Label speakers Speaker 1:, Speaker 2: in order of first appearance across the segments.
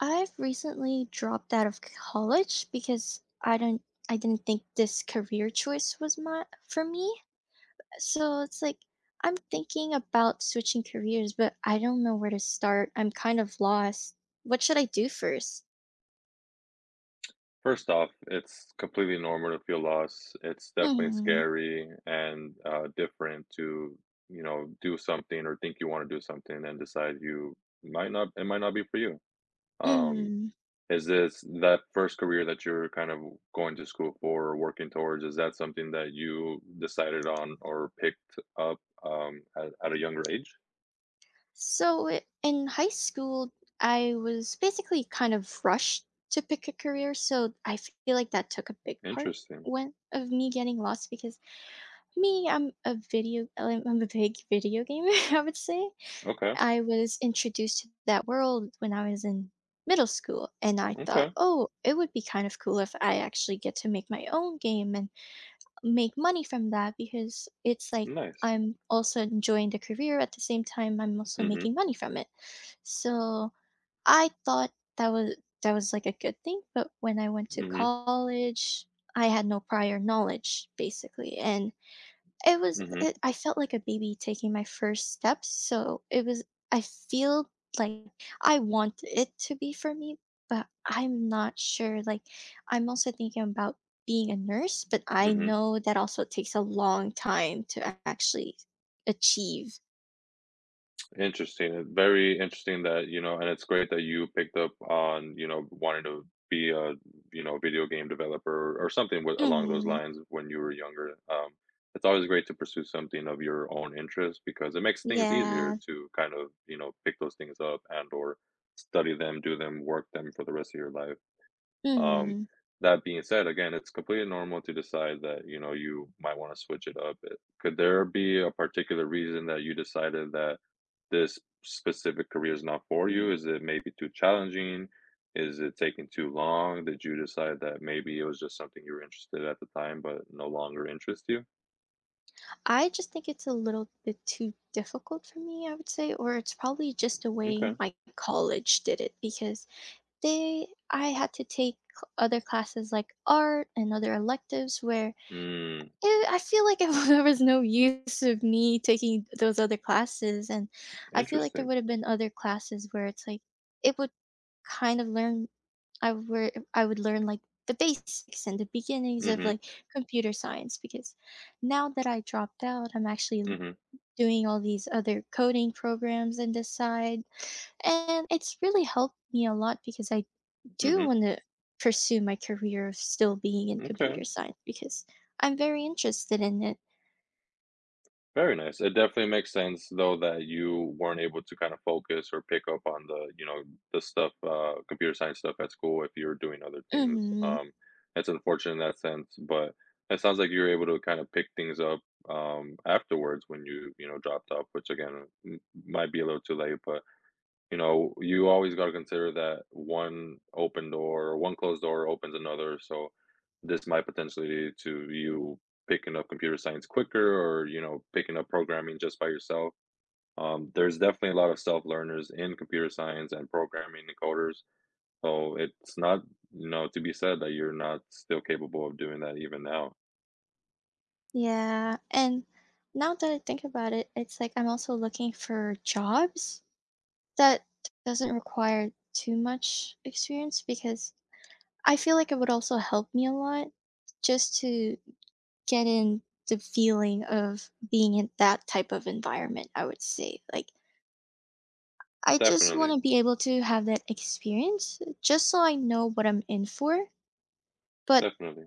Speaker 1: I've recently dropped out of college because I didn't think this career choice was my for me. So it's like I'm thinking about switching careers, but I don't know where to start. I'm kind of lost. What should I do first?
Speaker 2: First off, it's completely normal to feel lost. It's definitely
Speaker 1: Hmm.
Speaker 2: scary and different to, you know, do something or think you want to do something and decide you might not, it might not be for you. Um,
Speaker 1: Hmm.
Speaker 2: is this that first career that you're kind of going to school for or working towards? Is that something that you decided on or picked up at a younger age?
Speaker 1: So in high school, I was basically kind of rushed to pick a career, so I feel like that took a big part
Speaker 2: Interesting.
Speaker 1: when of me getting lost because Me, I'm a video I'm a big video gamer, I would say.
Speaker 2: Okay.
Speaker 1: I was introduced to that world when I was in middle school, and I thought,
Speaker 2: Okay.
Speaker 1: "Oh, it would be kind of cool if I actually get to make my own game and make money from that," because it's like
Speaker 2: Nice.
Speaker 1: I'm also enjoying the career at the same time I'm also
Speaker 2: Mm-hmm.
Speaker 1: making money from it. So, I thought that was a good thing, but when I went to
Speaker 2: Mm-hmm.
Speaker 1: college, I had no prior knowledge, basically, and it was it
Speaker 2: Mm-hmm.
Speaker 1: I felt like a baby taking my first steps, so it was. I feel like I want it to be for me, but I'm not sure, like, I'm also thinking about being a nurse, but I
Speaker 2: Mm-hmm.
Speaker 1: know that also takes a long time to a actually achieve.
Speaker 2: Interesting. It's very interesting that, you know, and it's great that you picked up on, you know, wanting to be a, you know, video game developer or something with, along those
Speaker 1: Mhm.
Speaker 2: lines when you were younger. It's always great to pursue something of your own interest because it makes things easier
Speaker 1: Yeah.
Speaker 2: to kind of, you know, pick those things up and or study them, do them, work them for the rest of your life. Um,
Speaker 1: Mhm.
Speaker 2: that being said, again, it's completely normal to decide that, you know, you might want to switch it up. Could there be a particular reason that you decided that this specific career is not for you? Is it maybe too challenging? Is it taking too long? Did you decide that maybe it was just something you were interested in at the time, but no longer interests you?
Speaker 1: I just think it's a little bit too difficult for me, I would say, or it's probably just the way
Speaker 2: Okay.
Speaker 1: my college did it because they I had to take other classes like art and other electives where
Speaker 2: Mm,
Speaker 1: I feel like there was no use of me taking those other classes. And I feel like there
Speaker 2: interesting.
Speaker 1: would have been other classes where it's like it would kind of learn I were I would learn like the basics and the beginnings of
Speaker 2: Mm-hmm.
Speaker 1: like computer science because now that I dropped out, I'm actually
Speaker 2: Mm-hmm.
Speaker 1: doing all these other coding programs and this side, and it's really helped me a lot because I do
Speaker 2: Mm-hmm.
Speaker 1: want to pursue my career of still being in computer
Speaker 2: Okay.
Speaker 1: science because I'm very interested in it.
Speaker 2: Very nice. It definitely makes sense though that you weren't able to kind of focus or pick up on the, you know, the stuff, computer science stuff at school if you're doing other things.
Speaker 1: Hmm.
Speaker 2: That's unfortunate in that sense, but it sounds like you're able to kind of pick things up afterwards when you know, dropped off, which again might be a little too late, but you know, you always got to consider that one open door or one closed door opens another. So this might potentially lead to you picking up computer science quicker or, you know, picking up programming just by yourself. There's definitely a lot of self learners in computer science and programming and coders. So it's not, you know, to be said that you're not still capable of doing that even now.
Speaker 1: Yeah. And now that I think about it, it's like I'm also looking for jobs that doesn't require too much experience because I feel like it would also help me a lot just to get in the feeling of being in that type of environment, I would say. Like I just want
Speaker 2: Definitely.
Speaker 1: to be able to have that experience just so I know what I'm in for. But
Speaker 2: Definitely.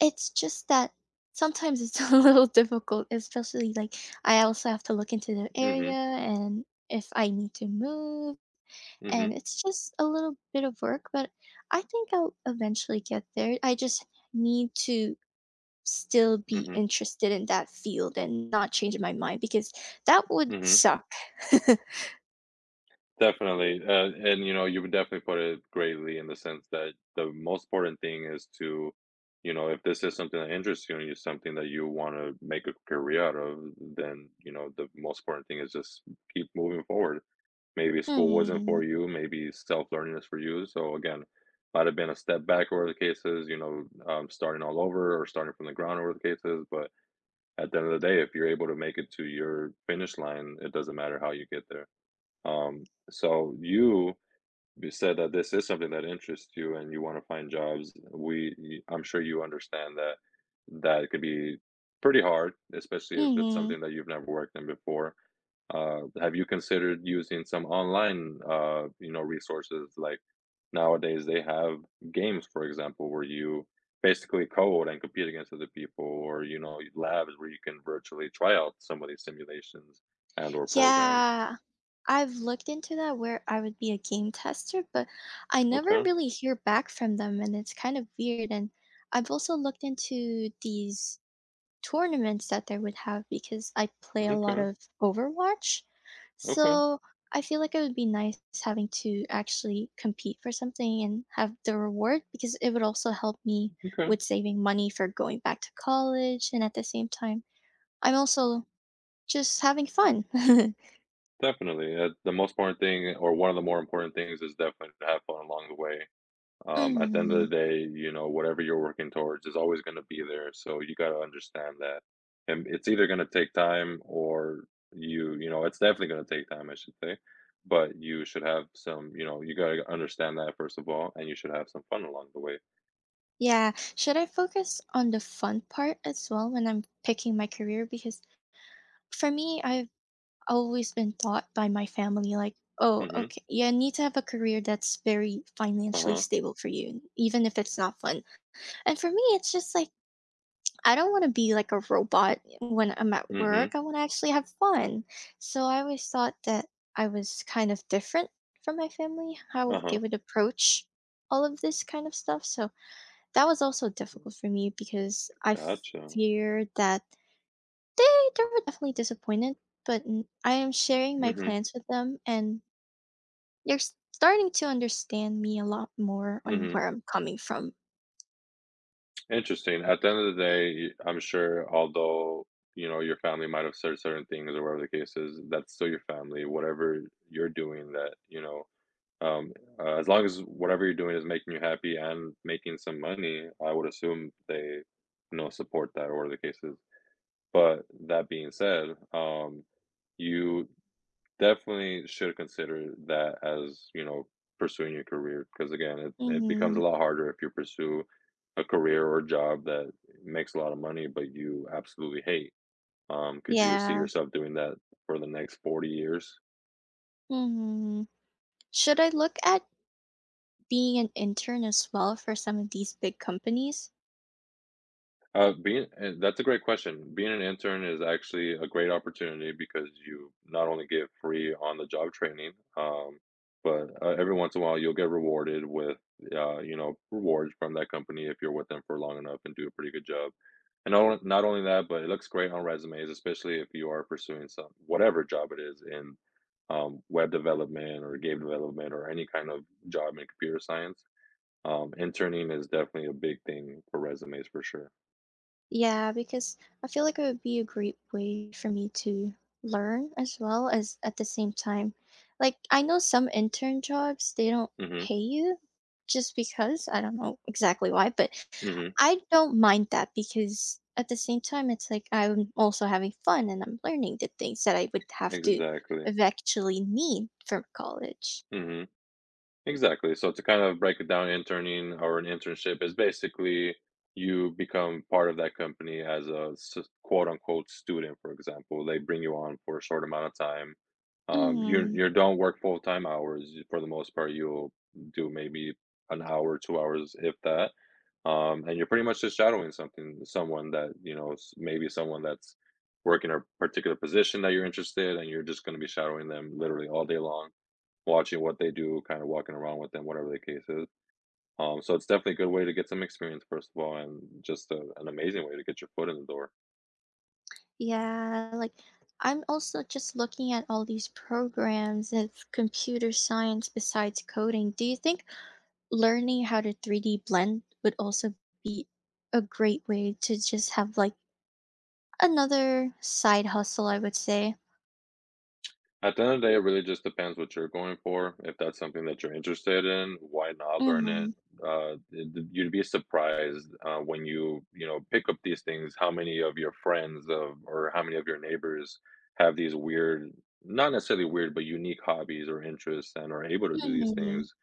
Speaker 1: it's just that sometimes it's a little difficult, especially like I also have to look into the area
Speaker 2: Mm-hmm.
Speaker 1: and if I need to move.
Speaker 2: Mm-hmm.
Speaker 1: And it's just a little bit of work, but I think I'll eventually get there. I just need to still be
Speaker 2: Mm-hmm.
Speaker 1: interested in that field and not change my mind because that would
Speaker 2: Mm-hmm.
Speaker 1: suck.
Speaker 2: Definitely, and, you know, you would definitely put it greatly in the sense that the most important thing is to you know, if this is something that interests you and it's something that you wanna make a career out of, then, you know, the most important thing is just keep moving forward. Maybe school wasn't
Speaker 1: Hmm.
Speaker 2: for you, maybe self-learning is for you, so, again, might have been a step back or the cases, you know, starting all over or starting from the ground or the cases. But at the end of the day, if you're able to make it to your finish line, it doesn't matter how you get there. So you you said that this is something that interests you and you want to find jobs. I'm sure you understand that that could be pretty hard, especially if it's
Speaker 1: Hmm.
Speaker 2: something that you've never worked in before. Have you considered using some online you know, resources like nowadays they have games, for example, where you basically code and compete against other people, or you know, labs where you can virtually try out some of these simulations and or programs.
Speaker 1: Yeah. I've looked into that where I would be a game tester, but I never
Speaker 2: Okay.
Speaker 1: really hear back from them, and it's kind of weird. And I've also looked into these tournaments that they would have because I play a lot
Speaker 2: Okay.
Speaker 1: of Overwatch.
Speaker 2: Okay,
Speaker 1: So I feel like it would be nice having to actually compete for something and have the reward because it would also help me
Speaker 2: okay,
Speaker 1: with saving money for going back to college. And at the same time, I'm also just having fun.
Speaker 2: definitely. The most important thing, or one of the more important things, is definitely to have fun along the way. At the end of
Speaker 1: Mm,
Speaker 2: the day, you know, whatever you're working towards is always going to be there. So you got to understand that, and it's either going to take time, or you know, it's definitely going to take time, I should say. But you should have some, you know, you got to understand that first of all, and you should have some fun along the way.
Speaker 1: yeah. Should I focus on the fun part as well when I'm picking my career? Because for me, I've always been taught by my family, like, "Oh,
Speaker 2: Mm-hmm.
Speaker 1: okay, you need to have a career that's very
Speaker 2: Uh
Speaker 1: financially
Speaker 2: huh.
Speaker 1: stable for you, even if it's not fun." And for me, it's just like, I don't want to be like a robot when I'm at
Speaker 2: Mm-hmm.
Speaker 1: work. I want to actually have fun. So I always thought that I was kind of different from my family, how
Speaker 2: Uh
Speaker 1: they
Speaker 2: huh.
Speaker 1: would approach all of this kind of stuff. So that was also difficult for me because I
Speaker 2: Gotcha.
Speaker 1: fear that they were definitely disappointed, but I am sharing my
Speaker 2: Mm-hmm.
Speaker 1: plans with them and they're starting to understand me a lot more on
Speaker 2: Mm-hmm.
Speaker 1: where I'm coming from.
Speaker 2: Interesting. At the end of the day, I'm sure although, you know, your family might have said certain things or whatever the case is, that's still your family. Whatever you're doing that, you know, um, as long as whatever you're doing is making you happy and making some money, I would assume they, you know, support that or whatever the case is. But that being said, you definitely should consider that as, you know, pursuing your career because again, it becomes a
Speaker 1: Hmm.
Speaker 2: lot harder if you pursue a career or job that makes a lot of money, but you absolutely hate. Could you see
Speaker 1: Yeah.
Speaker 2: yourself doing that for the next 40 years?
Speaker 1: Hmm. Should I look at being an intern as well for some of these big companies?
Speaker 2: Being that's a great question. Being an intern is actually a great opportunity because you not only get free on the job training, but every once in a while you'll get rewarded with, you know, rewards from that company if you're with them for long enough and do a pretty good job. And not only that, but it looks great on resumes, especially if you are pursuing some whatever job it is in web development or game development or any kind of job in computer science. Interning is definitely a big thing for resumes for sure.
Speaker 1: Yeah, because I feel like it would be a great way for me to learn as well as at the same time. Like, I know some intern jobs, they don't
Speaker 2: Hmm.
Speaker 1: pay you just because. I don't know exactly why, but
Speaker 2: Mhm.
Speaker 1: I don't mind that because at the same time, it's like I'm also having fun and I'm learning the things that I would have to
Speaker 2: Exactly.
Speaker 1: eventually need from college.
Speaker 2: Mhm. Exactly. So to kind of break it down, interning or an internship is basically you become part of that company as a quote unquote student, for example. They bring you on for a short amount of time. You
Speaker 1: Mm.
Speaker 2: you don't work full time hours for the most part. You'll do maybe an hour, 2 hours, if that. And you're pretty much just shadowing something, someone that you know, maybe someone that's working a particular position that you're interested, and you're just going to be shadowing them literally all day long, watching what they do, kinda walking around with them, whatever the case is. So it's definitely a good way to get some experience, first of all, and just a an amazing way to get your foot in the door.
Speaker 1: Yeah, like I'm also just looking at all these programs of computer science besides coding. Do you think learning how to 3D blend would also be a great way to just have like another side hustle, I would say?
Speaker 2: At the end of the day, it really just depends what you're going for. If that's something that you're interested in, why not learn
Speaker 1: Mm-hmm.
Speaker 2: it? Th you'd be surprised, when you know, pick up these things, how many of your friends of or how many of your neighbors have these weird, not necessarily weird, but unique hobbies or interests and are able to do these
Speaker 1: Mm-hmm.
Speaker 2: things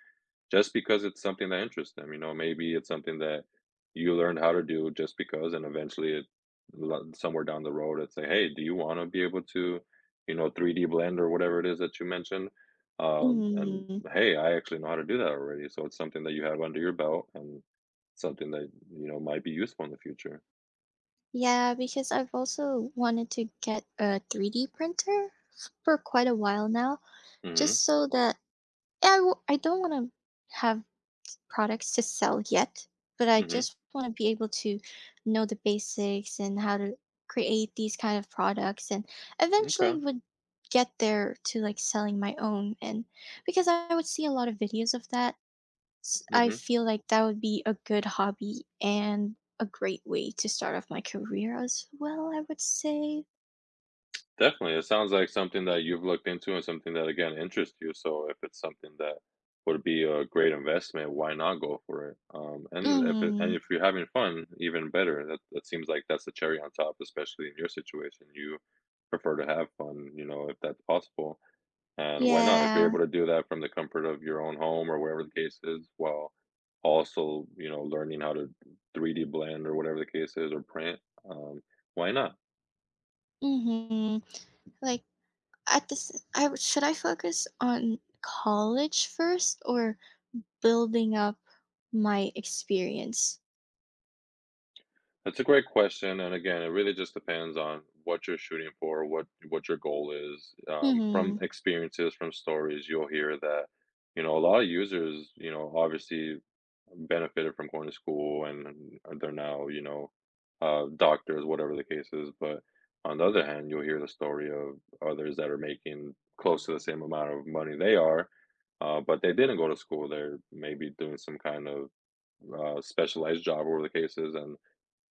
Speaker 2: just because it's something that interests them, you know, maybe it's something that you learned how to do just because, and eventually somewhere down the road, it's like, hey, do you want to be able to, you know, 3D blend or whatever it is that you mentioned? And
Speaker 1: Mm-hmm.
Speaker 2: hey, I actually know how to do that already. So it's something that you have under your belt and something that, you know, might be useful in the future.
Speaker 1: Yeah, because I've also wanted to get a 3D printer for quite a while now,
Speaker 2: Mm-hmm.
Speaker 1: just so that I don't want to have products to sell yet, but I
Speaker 2: Mm-hmm.
Speaker 1: just want to be able to know the basics and how to create these kind of products and eventually
Speaker 2: Okay.
Speaker 1: would get there to like selling my own, and because I would see a lot of videos of that, I
Speaker 2: Mm-hmm.
Speaker 1: feel like that would be a good hobby and a great way to start off my career as well, I would say.
Speaker 2: Definitely. It sounds like something that you've looked into and something that again interests you. So if it's something that would be a great investment, why not go for it? And if it, and
Speaker 1: Mm,
Speaker 2: if you're having fun, even better. That that seems like that's the cherry on top, especially in your situation. You prefer to have fun, you know, if that's possible. And why not? If you're
Speaker 1: yeah.
Speaker 2: able to do that from the comfort of your own home or wherever the case is, while also, you know, learning how to 3D blend or whatever the case is or print, um, why not?
Speaker 1: Mm-hmm. Like at this, should I focus on college first or building up my experience.
Speaker 2: That's a great question, and again, it really just depends on what you're shooting for, what your goal is. From
Speaker 1: Mhm.
Speaker 2: experiences, from stories, you'll hear that, you know, a lot of users, you know, obviously benefited from going to school and they're now, you know, doctors, whatever the case is. But on the other hand, you'll hear the story of others that are making close to the same amount of money they are, but they didn't go to school. They're maybe doing some kind of specialized job, whatever the case is, and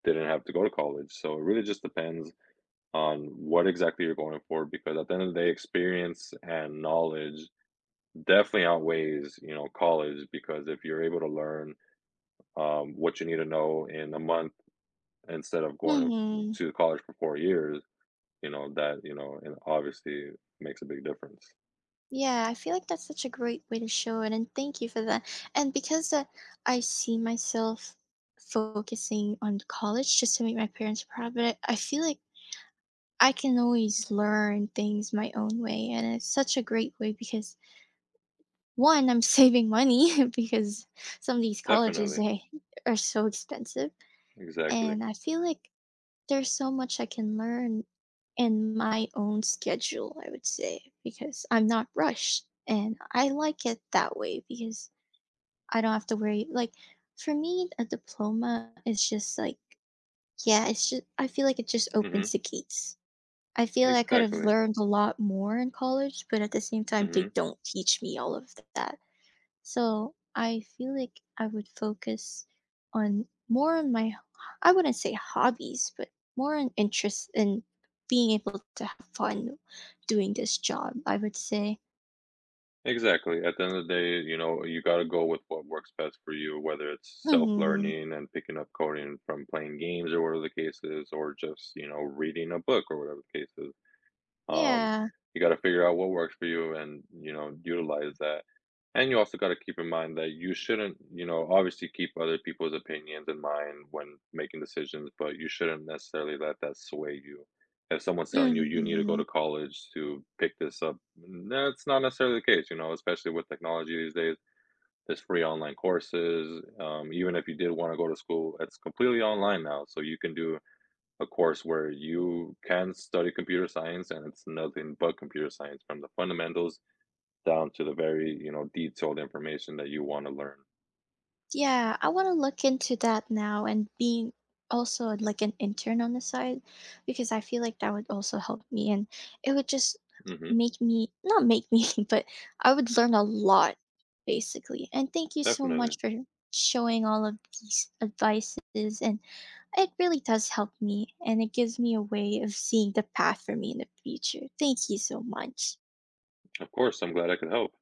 Speaker 2: didn't have to go to college. So it really just depends on what exactly you're going for because at the end of the day, experience and knowledge definitely outweighs, you know, college because if you're able to learn what you need to know in a month instead of going
Speaker 1: Mhm.
Speaker 2: to college for 4 years, you know, that, you know, and obviously makes a big difference.
Speaker 1: Yeah, I feel like that's such a great way to show it, and thank you for that. And because, I see myself focusing on college just to make my parents proud, but I feel like I can always learn things my own way, and it's such a great way because, one, I'm saving money because some of these colleges,
Speaker 2: Definitely.
Speaker 1: they are so expensive,
Speaker 2: Exactly.
Speaker 1: and I feel like there's so much I can learn in my own schedule, I would say, because I'm not rushed. And I like it that way because I don't have to worry. Like, for me, a diploma is just like, yeah, it's just, I feel like it just opens
Speaker 2: Hmm.
Speaker 1: the gates. I feel like I could have
Speaker 2: Exactly.
Speaker 1: learned a lot more in college, but at the same time, they
Speaker 2: Hmm.
Speaker 1: don't teach me all of that. So I feel like I would focus on more on my, I wouldn't say hobbies, but more on interest in being able to have fun doing this job, I would say.
Speaker 2: Exactly. At the end of the day, you know, you got to go with what works best for you, whether it's self
Speaker 1: Hmm.
Speaker 2: learning and picking up coding from playing games or whatever the case is, or just, you know, reading a book or whatever the case is. Um,
Speaker 1: Yeah.
Speaker 2: you got to figure out what works for you and, you know, utilize that. And you also got to keep in mind that you shouldn't, you know, obviously keep other people's opinions in mind when making decisions, but you shouldn't necessarily let that sway you. If someone's telling you you need to go
Speaker 1: Mhm.
Speaker 2: to college to pick this up, that's not necessarily the case, you know, especially with technology these days. There's free online courses. Even if you did want to go to school, it's completely online now. So you can do a course where you can study computer science and it's nothing but computer science from the fundamentals down to the very, you know, detailed information that you want to learn.
Speaker 1: Yeah, I want to look into that now and being also like an intern on the side because I feel like that would also help me and it would just
Speaker 2: Hmm.
Speaker 1: make me, not make me, but I would learn a lot basically. And thank you so
Speaker 2: Definitely.
Speaker 1: much for showing all of these advices, and it really does help me and it gives me a way of seeing the path for me in the future. Thank you so much.
Speaker 2: Of course, I'm glad I could help.